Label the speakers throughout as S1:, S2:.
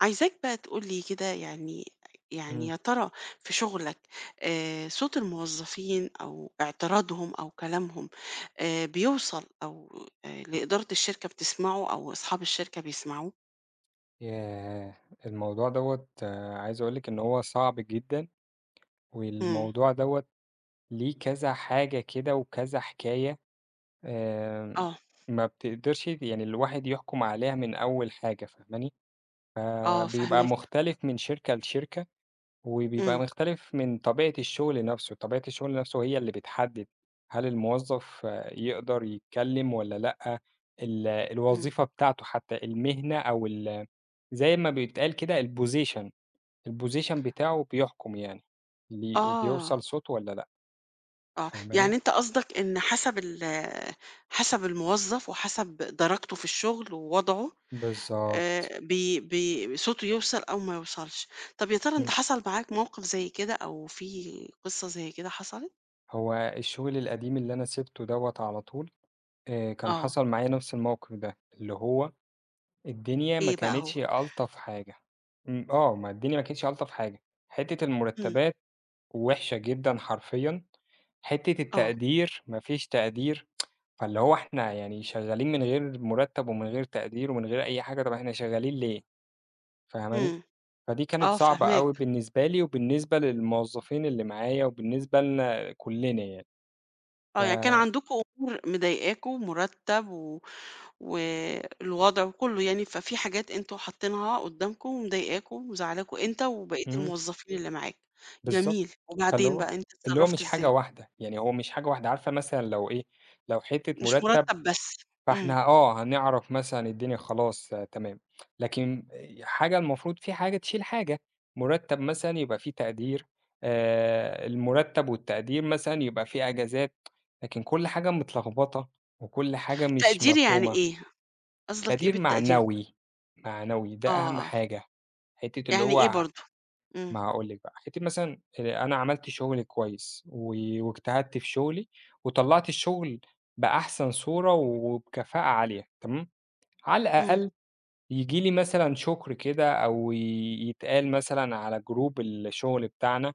S1: عايزاك بقى تقول لي كده يعني
S2: إمم.
S1: يا ترى في شغلك، صوت الموظفين أو اعتراضهم أو كلامهم بيوصل، أو لإدارة الشركة بتسمعه أو أصحاب الشركة بيسمعوه؟
S2: ياه! الموضوع دوّة عايز أقول لِك إن هو صعب جدًا،
S1: امم.
S2: والموضوع دوّة ليه كذا حاجة كده وكذا حكاية، آمم،
S1: اه.
S2: ما بتقدرش يعني الواحد يحكم عليها من أول حاجة فاهماني؟
S1: اه،
S2: فبيبقى
S1: فهمك.
S2: مختلف من شركة لشركة، وبيبقى
S1: امم.
S2: مختلف من طبيعة الشغل نفسه، طبيعة الشغل نفسه هي اللي بتحدد هل الموظف يقدر يتكلم والّا لأ، ال
S1: امم.
S2: الوظيفة بتاعته حتى المهنة أو ال زي ما بيتقال كده الposition، الposition بتاعه بيحكم يعني، لي
S1: اه.
S2: وبيوصل صوته والّا لأ،
S1: اه،
S2: فاهماني؟
S1: يعني أنت قصدك إن حسب الموظف وحسب درجته في الشغل ووضعه،
S2: بالضبط،
S1: بي بي صوته يوصل أو ما يوصلش. طَب يا ترى أنت
S2: إمم،
S1: حصل معاك موقف زي كده أو في قصة زي كده حصلت؟
S2: هو الشغل القديم اللي أنا سِبته دوّة على طول، كان
S1: آه.
S2: حصل معايا نفس الموقف ده، اللي هو الدنيا ما
S1: إيه بقى هو؟
S2: كانتش ألطف حاجة، إمم، آه، ما الدنيا ما كانتش ألطف حاجة، حتّة
S1: إمم.
S2: المرتبات وِحشة جدًا حرفيًا، حتّة
S1: آه.
S2: التقدير ما فيش تقدير، فاللي هو إحنا يعني شغّالين من غير مُرتّب ومن غير تقدير ومن غير أي حاجة، طَب إحنا شغّالين ليه؟ فاهماني؟
S1: إمم.
S2: فدي كانت
S1: آه،
S2: صعبة أوي
S1: فاهماك.
S2: بالنسبة لي وبالنسبة للموظفين اللي معايا وبالنسبة لنا كُلّنا يعني، ف
S1: آه، يعني كان عندكم أمور مضايقاكم، مرتب و والوضع وكلّه يعني، ففي حاجات أنتم حاطينها قدّامكم ومضايقاكم ومزعلاكم أنت وبقية
S2: إمم،
S1: الموظفين اللي معاك.
S2: بالضبط.
S1: جميل،
S2: فاللي
S1: وبعدين
S2: هو
S1: بقى أنت
S2: اللي هو
S1: اتصرّفت
S2: مش حاجة
S1: إزاي؟
S2: واحدة، يعني هو مش حاجة واحدة، عارفة مثلًا لو إيه، لو حتّة
S1: مش
S2: مُرتّب
S1: مرتب بس. إمم.
S2: فإحنا آه، هنعرف مثلًا الدنيا خلاص آه، تمام، لكن حاجة المفروض في حاجة تشيل حاجة، مُرتّب مثلًا يبقى في تقدير، المُرتّب والتقدير مثلًا يبقى في أجازات، لكن كل حاجة متلخبطة وكل حاجة مش
S1: تقدير يعني
S2: مفهومة،
S1: إيه؟ قصدك إيه
S2: تقدير
S1: بالتقدير؟
S2: معنوي، معنوي ده أهم
S1: آه.
S2: حاجة، حتّة اللي
S1: يعني إيه
S2: هو
S1: برضه؟ إمم.
S2: ما هاقول لِك بقى، حتّة مثلًا أنا عملت شغل كويس واجتهدت في شغلي وطلّعت الشغل بأحسن صورة وبكفاءة عالية، تمام؟ على
S1: إمم.
S2: الأقل ييجي لي مثلًا شكر كده أو ي يتقال مثلًا على جروب الشغل بتاعنا،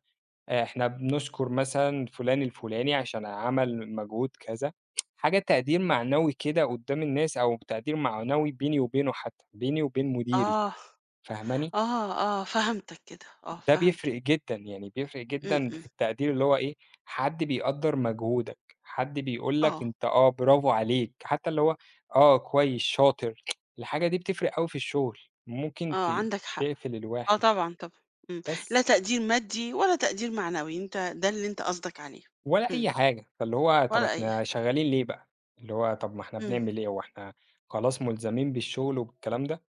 S2: إحنا بنشكر مثلًا فلان الفلاني عشان عمل مجهود كذا، حاجة تقدير معنوي كده قدّام الناس أو تقدير معنوي بيني وبينه حتى، بيني وبين مديري،
S1: آه.
S2: فاهماني؟
S1: آه. آه، فهمتك كده، آه،
S2: ده بيفرق
S1: فهمتك.
S2: جدًا، يعني بيفرق
S1: إمم.
S2: جدًا
S1: إمم.
S2: في التقدير اللي هو إيه، حد بيقدّر مجهودك، حد بيقول لك
S1: آه.
S2: أنت آه، برافو عليك، حتى اللي هو آه، كويس، شاطر، الحاجة دي بتفرق أوي في الشغل، ممكن
S1: آه،
S2: ت
S1: عندك حق.
S2: تقفل
S1: آه،
S2: الواحد
S1: طبعًا، طبعًا. إمم.
S2: بس
S1: لا تقدير مادي ولا تقدير معنوي، أنت ده اللي أنت قصدك عليه.
S2: ولا
S1: إمم.
S2: أي حاجة، فاللي هو طب
S1: ولا أي
S2: إحنا
S1: حاجة.
S2: شغالين ليه بقى؟ اللي هو طب ما إحنا
S1: إمم.
S2: بنعمل إيه، هو إحنا خلاص ملزمين بالشغل وبالكلام ده؟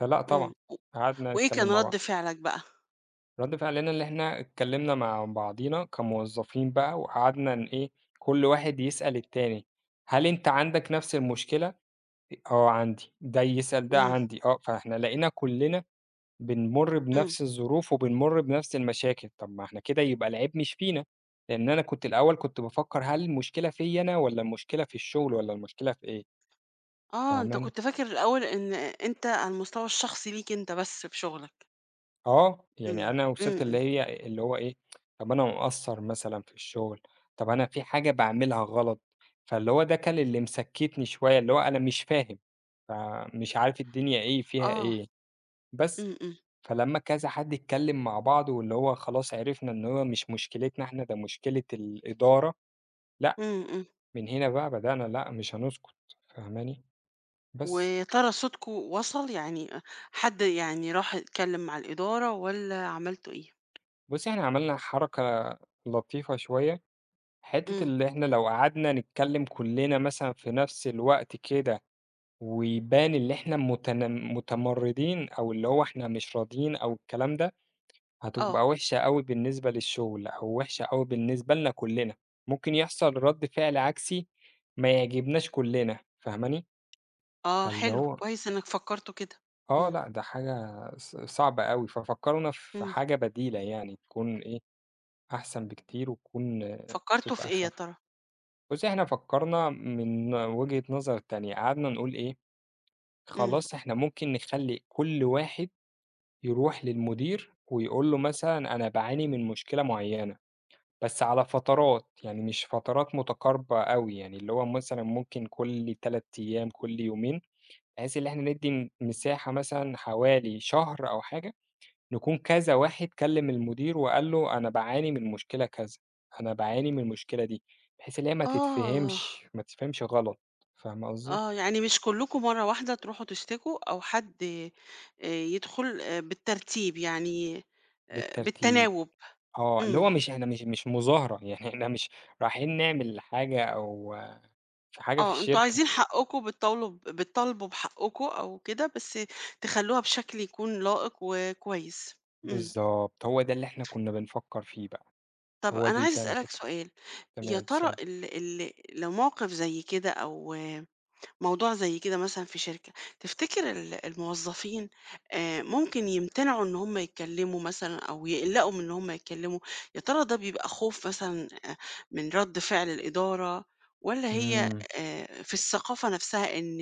S2: فلأ
S1: إمم.
S2: طبعًا،
S1: و
S2: قعدنا
S1: وإيه
S2: نتكلم
S1: كان
S2: مع
S1: رد
S2: بعض.
S1: فعلك بقى؟
S2: رد فعلنا اللي إحنا اتكلّمنا مع بعضينا كموظفين بقى وقعدنا إن إيه، كل واحد يسأل التاني، هل أنت عندك نفس المشكلة؟ آه عندي، ده يسأل ده
S1: إمم.
S2: عندي، آه، فإحنا لقينا كلّنا بنمُر
S1: إمم.
S2: بنفس الظروف وبنمُر بنفس المشاكل، طب ما إحنا كده يبقى العيب مش فينا، لإن أنا كنت الأول كنت بافكّر هل المشكلة فيّا أنا والّا المشكلة في الشغل والّا المشكلة في إيه،
S1: آه، أنت
S2: فاهماني؟
S1: كنت فاكر الأول إن أنت على المستوى الشخصي ليك أنت بس في شغلك.
S2: آه، يعني
S1: إمم.
S2: أنا
S1: إمم.
S2: وصلت
S1: إمم.
S2: اللي هي اللي هو إيه، طَب أنا مقصّر مثلًا في الشغل، طَب أنا في حاجة باعملها غلط، فاللي هو ده كان اللي مسكّتني شوية، اللي هو أنا مش فاهم، فمش عارف الدنيا إيه فيها
S1: آه.
S2: إيه، بس.
S1: إمم. إمم.
S2: فلمّا كذا حد اتكلّم مع بعض واللي هو خلاص عرفنا إن هو مش مشكلتنا إحنا، ده مشكلة الإدارة، لأ،
S1: إمم. إمم.
S2: من هنا بقى بدأنا لأ، مش هنسكت، فاهماني؟ بس.
S1: وترى صوتكم وصل، يعني حد يعني راح اتكلم مع الإدارة والّا عملتوا إيه؟
S2: بُصّي، إحنا عملنا حركة لطيفة شوية حتّة
S1: إمم.
S2: اللي إحنا لو قعدنا نتكلّم كُلّنا مثلًا في نفس الوقت كده، ويبان اللي إحنا متمردين أو اللي هو إحنا مش راضيين أو الكلام ده،
S1: آه.
S2: هتبقى وِحشة أوي بالنسبة للشغل أو وِحشة أوي بالنسبة لنا كُلّنا، ممكن يحصل رَد فعل عكسي ما يعجبناش كُلّنا، فاهماني؟
S1: آه،
S2: فاللي
S1: حلو،
S2: هو
S1: كويس إنك فكّرتوا كده.
S2: آه
S1: إمم.
S2: لأ، ده حاجة صعبة أوي، ففكّرونا في
S1: إمم.
S2: حاجة بديلة يعني تكون إيه، أحسن بكتير وتكون آه،
S1: فكّرتوا
S2: تبقى
S1: في إيه يا
S2: أخَف.
S1: ترى؟
S2: بُصّي، إحنا فكّرنا من وجهة نظر تانية، قعدنا نقول إيه،
S1: إمم.
S2: خلاص إحنا ممكن نخلّي كل واحد يروح للمدير ويقول له مثلًا أنا باعاني من مشكلة معيّنة، بس على فترات، يعني مش فترات متقاربة أوي، يعني اللي هو مثلًا ممكن كل 3 أيام، كل يومين، بحيث إن إحنا ندّي مساحة مثلًا حوالي شهر أو حاجة نكون كذا واحد كلم المدير وقال له أنا باعاني من مشكلة كذا، أنا باعاني من المشكلة دي، بحيث إن هي
S1: آه.
S2: ما تتفهمش غلط، فاهمة قصدي؟
S1: آه، يعني مش كلّكم مرّة واحدة تروحوا تشتكوا، أو حد يدخل بالترتيب يعني،
S2: بالترتيب،
S1: بالتناوب.
S2: آه، اللي
S1: إمم.
S2: هو مش إحنا مش مظاهرة، يعني إحنا مش رايحين نعمل حاجة أو في حاجة في
S1: آه، أنتم
S2: الشركة،
S1: عايزين حقّكم، بتطاولوا ب بتطالبوا بحقّكم أو كده، بس تخلّوها بشكل يكون لائق وكويس. إمم.
S2: بالضبط، هو ده اللي إحنا كنا بنفكر فيه بقى،
S1: طب
S2: هو
S1: أنا
S2: دي
S1: عايزة
S2: فعلًا
S1: أسألك
S2: الفكرة،
S1: سؤال. يا
S2: تمام
S1: ترى
S2: سلام.
S1: ال ال لو موقف زي كده أو موضوع زي كده مثلًا في شركة، تفتكر الموظفين ممكن يمتنعوا إن هم يتكلموا مثلًا أو يقلقوا من إن هم يتكلموا؟ يا ترى ده بيبقى خوف مثلًا من رد فعل الإدارة، والّا هي
S2: إمم،
S1: في الثقافة نفسها إن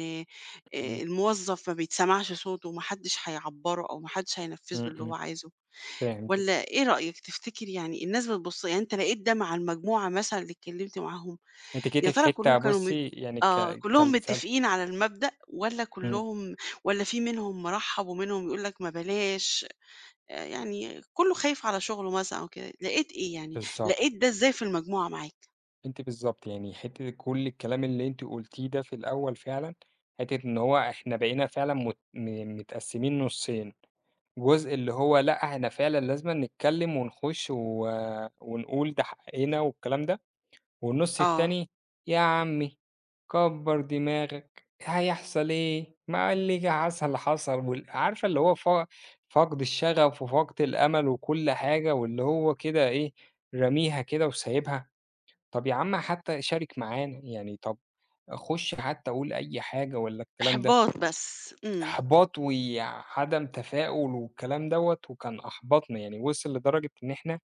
S2: إمم،
S1: الموظف ما بيتسمعش صوته وما حدش هيعبّره أو ما حدش هينفذ له
S2: إمم،
S1: اللي هو
S2: إمم،
S1: عايزه؟
S2: فهمتِك،
S1: والّا إيه رأيك؟ تفتكر يعني الناس بتبُص، يعني أنت لقيت ده مع المجموعة مثلًا اللي اتكلمت معاهم،
S2: أنتِ جيتِ
S1: يا
S2: في
S1: ترى كلّهم
S2: حتة
S1: كانوا م
S2: بُصي يعني
S1: آه، كلّهم
S2: كل
S1: متفقين على المبدأ، والّا
S2: إمم،
S1: كلّهم، والّا في منهم مرحّب ومنهم يقول لك ما بلاش، يعني كلّه خايف على شغله مثلًا أو كده، لقيت إيه يعني،
S2: بالضبط.
S1: لقيت ده إزاي في المجموعة معاك؟
S2: أنتِ بالضبط، يعني حتّة كل الكلام اللي أنتِ قُلتيه ده في الأول فعلًا، حتّة إن هو إحنا بقينا فعلًا مت م متقسّمين نُصّين، جزء اللي هو لأ، إحنا فعلًا لازمًا نتكلّم ونخُش ونقول ده حقّنا والكلام ده، والنُص
S1: آه،
S2: التاني يا عمّي كبّر دماغك، هيحصل إيه، ما اللي جه حصل حصل وال عارفة اللي هو فقد الشغف وفقد الأمل وكل حاجة، واللي هو كده إيه، راميها كده وسايبها طب يا عم حتى شارك معانا، يعني طب خُش حتى قُل أي حاجة والّا الكلام ده،
S1: إحباط بس. إمم.
S2: إحباط وعدم تفاؤل والكلام دوّة، وكان أحبطنا، يعني وصل لدرجة إن إحنا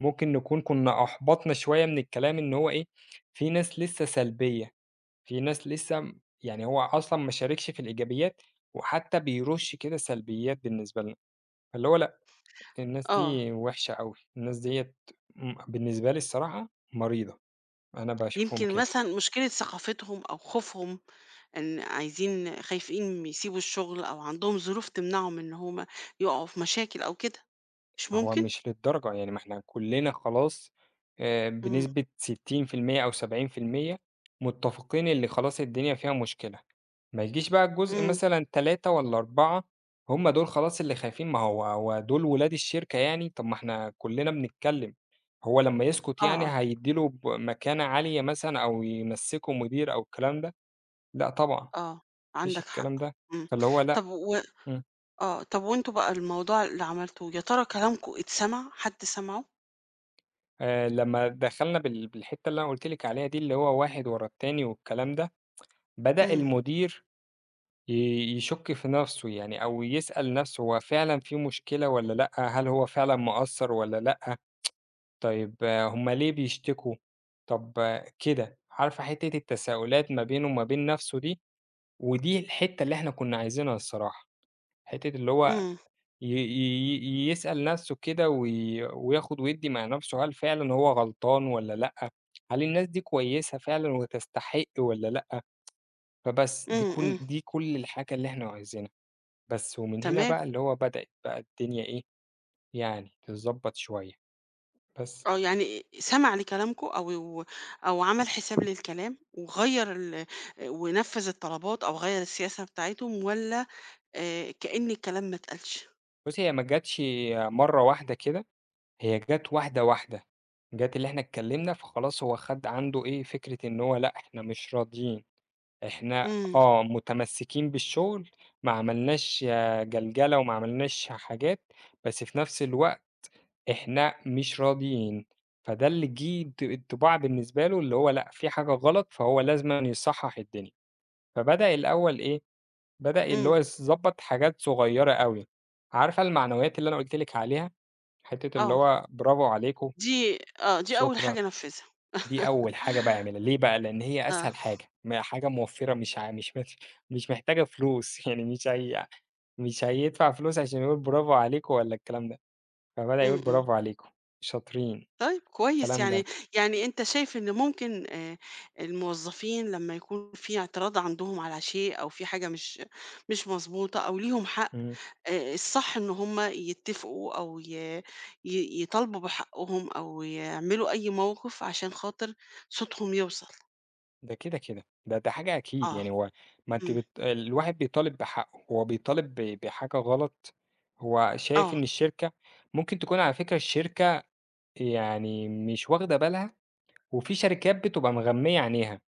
S2: ممكن نكون كنا أحبطنا شوية من الكلام إن هو إيه، في ناس لسه سلبية، في ناس لسه يعني هو أصلًا ما شاركش في الإيجابيات، وحتى بيرُش كده سلبيات بالنسبة لنا، فاللي هو لأ، الناس
S1: آه،
S2: دي وِحشة أوي، الناس ديّة بالنسبة لي الصراحة مريضة، أنا باشوفهم
S1: يمكن
S2: كده.
S1: مثلًا مشكلة ثقافتهم أو خوفهم، إن عايزين خايفين يسيبوا الشغل أو عندهم ظروف تمنعهم إن هُم يقعوا في مشاكل أو كده، مش
S2: هو
S1: ممكن؟
S2: مش للدرجة يعني ما إحنا كُلّنا خلاص
S1: إمم.
S2: بنسبة 60% أو 70% متّفقين اللي خلاص الدنيا فيها مشكلة، ما يجيش بقى الجزء
S1: إمم.
S2: مثلًا 3 والّا 4 هم دول خلاص اللي خايفين، ما هو دول ولاد الشركة يعني، طب ما إحنا كُلّنا بنتكلّم، هو لمّا يسكت
S1: آه.
S2: يعني
S1: آه.
S2: هيدّي له مكانة عالية مثلًا أو يمسّكه مدير أو الكلام ده؟ لأ طبعًا، ما
S1: آه،
S2: فيش
S1: عندك حق.
S2: الكلام ده،
S1: إمم.
S2: فاللي هو لأ،
S1: طب و
S2: إمم.
S1: آه، طب وأنتم بقى الموضوع اللي عملتوه، يا ترى كلامكم اتسمع، حد سمعه؟
S2: لمّا دخلنا بالحتّة اللي أنا قُلت لِك عليها دي، اللي هو واحد ورا التاني والكلام ده، بدأ
S1: إمم.
S2: المدير ي يشُك في نَفْسه يعني أو يسأل نَفْسه هو فعلًا في مشكلة والّا لأ، هل هو فعلًا مقصّر والّا لأ، طيب هم ليه بيشتكوا، طب آه، كده، عارفة حتّة التساؤلات ما بينه وما بين نَفْسه دي، ودي الحتّة اللي إحنا كُنّا عايزينها الصراحة، حتّة اللي هو
S1: إمم.
S2: ي ي يسأل نَفْسه كده وياخد ويدّي مع نَفْسه، هل فعلًا هو غلطان والّا لأ؟ هل الناس دي كويسة فعلًا وتستحق والّا لأ؟ فبس
S1: إمم. إمم.
S2: دي كل الحاجة اللي إحنا عايزينها، بس ومن هنا
S1: تمام.
S2: بقى اللي هو بدأت بقى الدنيا إيه، يعني تتضبّط شوية، بس.
S1: آه، يعني سمع لكلامكم، أو عمل حساب للكلام وغيّر ونفّذ الطلبات، أو غيّر السياسة بتاعتهم، والّا كأن الكلام ما اتقالش؟
S2: بُصّي، هي ما جاتش مرّة واحدة كده، هي جات واحدة، واحدة، جات اللي إحنا اتكلّمنا فخلاص هو خَد عنده إيه، فكرة إن هو لأ، إحنا مش راضيين. إحنا
S1: إمم.
S2: آه، متمسّكين بالشغل، ما عملناش آه، جلجلة وما عملناش حاجات، بس في نفس الوقت إحنا مش راضيين، فده اللي جِه انطباع بالنسبة له اللي هو لأ، في حاجة غلط فهو لازمًا يصحّح الدنيا، فبدأ الأول إيه، بدأ اللي
S1: إمم.
S2: هو يضبّط حاجات صغيّرة أوي، عارفة المعنويات اللي أنا قُلت لِك عليها، حتّة اللي
S1: آه،
S2: هو برافو عليكم،
S1: دي أول
S2: شكرًا.
S1: حاجة أنفّذها.
S2: دي أول حاجة باعملها، ليه بقى؟ لإن هي
S1: آه.
S2: أسهل حاجة، ما حاجة موفّرة مش محتاجة فلوس، يعني مش هي مش هيدفع فلوس عشان يقول برافو عليكم والّا الكلام ده، فبدأ يقول
S1: إمم. إمم.
S2: برافو عليكم، شاطرين،
S1: طيب كويس
S2: الكلام ده،
S1: يعني، يعني أنت شايف إن ممكن، الموظفين لمّا يكون في اعتراض عندهم على شيء أو في حاجة مش مضبوطة أو ليهم حق،
S2: إمم،
S1: الصح إن هُم يتّفقوا، أو ي ي يطالبوا بحقهم أو يعملوا أي موقف عشان خاطر صوتهم يوصل؟
S2: ده كده، كده، ده حاجة أكيد
S1: آه.
S2: يعني هو ما أنتِ
S1: إمم.
S2: الواحد بيطالب بحقه، هو بيطالب بحاجة غلط، هو شايف
S1: آه.
S2: إن الشركة ممكن تكون على فكرة الشركة يعني مش واخدة بالها وفي شركات بتبقى مغمية عينيها،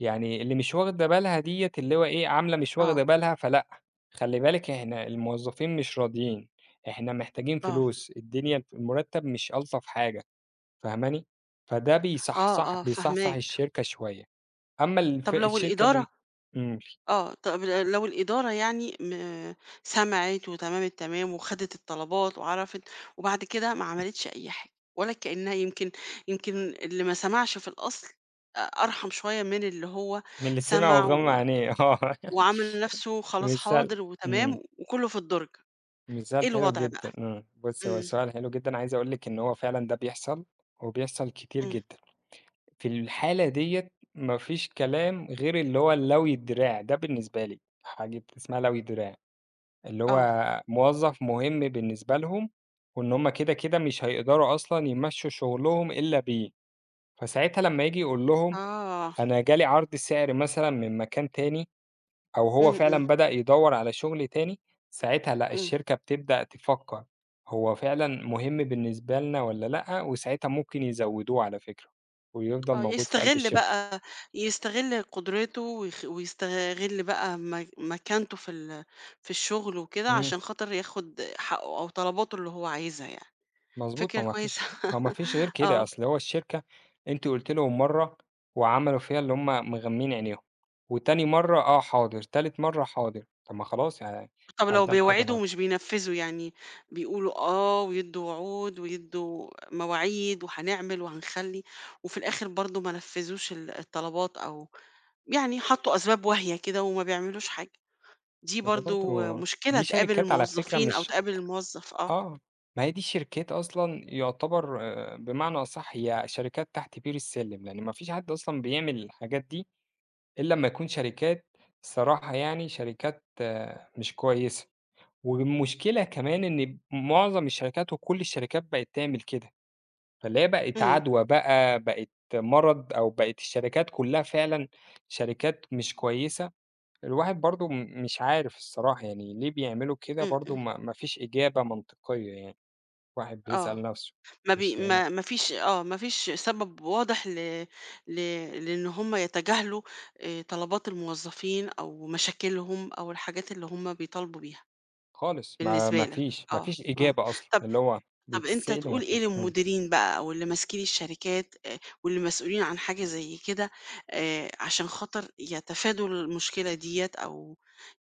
S2: يعني اللي مش واخدة بالها ديّة اللي هو إيه، عاملة مش
S1: آه.
S2: واخدة بالها فلأ، خلّي بالِك إحنا الموظفين مش راضيين، إحنا محتاجين
S1: آه.
S2: فلوس، الدنيا المرتب مش ألطف حاجة، فاهماني؟ فده
S1: آه. آه،
S2: بيصحصح
S1: فاهماك.
S2: الشركة شوية، أمّا
S1: طب لو
S2: الشركة اللي م
S1: الإدارة
S2: إمم،
S1: طب لو الإدارة يعني سمعِت وتمام التمام وخدِت الطلبات وعرفِت، وبعد كده ما عملتش أي حاجة، ولا كإنها يمكن اللي ما سمعش في الأصل أرحم شوية من اللي هو
S2: من اللي سمع
S1: سمع
S2: وغمى
S1: و
S2: عينيه آه،
S1: وعمل نَفْسه خلاص
S2: مثال
S1: حاضر
S2: إمم،
S1: وتمام وكُلّه في الدرج، إيه
S2: مثال حلو
S1: الوضع بقى؟
S2: جدًا، إمم، بُصّي هو
S1: إمم.
S2: سؤال حلو جدًا، عايز أقول لِك إن هو فعلًا ده بيحصل، وبيحصل كتير
S1: إمم.
S2: جدًا. في الحالة ديّة ما فيش كلام غير اللي هو لَوي الدراع، ده بالنسبة لي، حاجة اسمها لَوي الدراع، اللي هو
S1: آه.
S2: موظف مهم بالنسبة لهم، وإن هُم كده، كده مش هيقدروا أصلًا يمشّوا شغلهم إلا بيه، فساعتها لمّا ييجي يقول لهم
S1: آه.
S2: أنا جالي عرض سعر مثلًا من مكان تاني، أو هو
S1: إمم. إمم.
S2: فعلًا بدأ يدوّر على شغل تاني، ساعتها لأ،
S1: إمم.
S2: الشركة بتبدأ تفكّر هو فعلًا مهم بالنسبة لنا والّا لأ، وساعتها ممكن يزوّدوه على فكرة، ويفضل
S1: آه،
S2: موجود في قلب
S1: يستغل
S2: الشركة.
S1: بقى، يستغل قدرته، ويستغل بقى مكانته في الشغل وكده
S2: إمم،
S1: عشان خاطر ياخد حقه أو طلباته اللي هو عايزها يعني.
S2: مضبوط،
S1: فكرة كويسة.
S2: ما هو ما فيش غير كده،
S1: آه.
S2: أصل هو الشركة أنتِ قُلتِ لهم مرّة وعملوا فيها اللي هم مغمّين عينيهم، وتاني مرّة آه حاضر، تالت مرّة حاضر، طب ما خلاص يعني
S1: طب لو
S2: هيدّام حاضر،
S1: بيوعدوا
S2: حاضر،
S1: ومش بينفذوا، يعني بيقولوا ويدّوا وعود ويدّوا مواعيد وهنعمل وهنخلّي، وفي الآخر برضه ما نفذوش الطلبات، أو يعني حطّوا أسباب واهية كده وما بيعملوش حاجة، دي
S2: فده
S1: برضه
S2: برضه
S1: مشكلة
S2: دي
S1: تقابل
S2: شركات على فكرة
S1: الموظفين أو
S2: مش
S1: تقابل الموظف. آه.
S2: آه، ما هي دي شركات أصلًا يُعتبر بمعنى أصح هي شركات تحت بير السلِّم، لإن ما فيش حد أصلًا بيعمل الحاجات دي إلا أمّا يكون شركات الصراحة يعني شركات آه، مش كويسة. والمشكلة كمان إن معظم الشركات وكل الشركات بقت تعمل كده، فاللي هي بقت
S1: إمم.
S2: عدوى بقى، بقت مرض أو بقت الشركات كلها فعلًا شركات مش كويسة، الواحد برضه مش عارف الصراحة يعني ليه بيعملوا كده
S1: إمم.
S2: برضه
S1: إمم.
S2: ما فيش إجابة منطقية يعني، الواحد
S1: آه،
S2: بيسأل نفسه
S1: ما بي
S2: مش لاقي لها
S1: ما ما فيش آه، ما فيش سبب واضح ل ل لإن هُم يتجاهلوا طلبات الموظفين أو مشاكلهم أو الحاجات اللي هُم بيطالبوا بيها،
S2: خالص
S1: بالنسبة لك.
S2: ما
S1: آه.
S2: فيش
S1: آه.
S2: إجابة أصلًا، اللي هو
S1: طب أنت
S2: بتتسأل وما
S1: تقول إيه
S2: فيش إمم،
S1: للمديرين بقى، أو اللي ماسكين الشركات واللي مسؤولين عن حاجة زي كده، عشان خاطر يتفادوا المشكلة ديّة، أو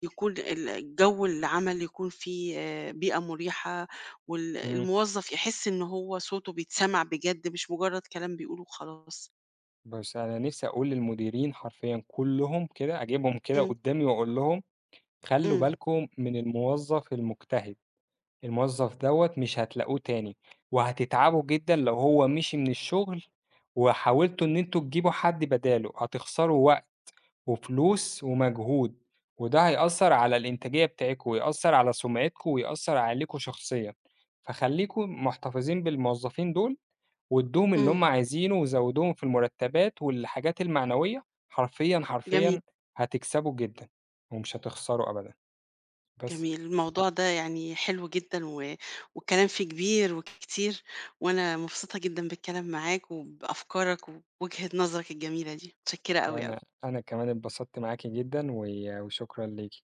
S1: يكون الجو العمل يكون فيه بيئة مريحة،
S2: إمم،
S1: الموظف يحس إن هو صوته بيتسمع بجد مش مجرد كلام بيقوله وخلاص؟
S2: بس أنا نفسي أقول للمديرين حرفيًا كلّهم كده أجيبهم كده
S1: إمم.
S2: قدّامي وأقول لهم خلّوا
S1: إمم.
S2: بالكم من الموظف المجتهد، الموظف دوّة مش هتلاقوه تاني، وهتتعبوا جدًا لو هو مشي من الشغل وحاولتوا إن أنتم تجيبوا حد بداله، هتخسروا وقت وفلوس ومجهود، وده هيأثّر على الإنتاجية بتاعتكم ويأثّر على سُمعتكم ويأثّر عليكم شخصيًا، فخلّيكم محتفظين بالموظفين دول وادّوهم اللي
S1: إمم.
S2: هم عايزينه وزوّدوهم في المرتبات والحاجات المعنوية، حرفيًا،
S1: جميل.
S2: حرفيًا هتكسبوا جدًا ومش هتخسروا أبدًا، بس.
S1: جميل. الموضوع ده يعني حلو جدًا، و والكلام فيه كبير وكتير، وأنا مبسوطة جدًا بالكلام معاك وبأفكارك ووجهة نظرك الجميلة دي، متشكرة أوي،
S2: وأنا
S1: أوي.
S2: أنا كمان اتبسطت معاكِ جدًا وشكرًا ليكِ.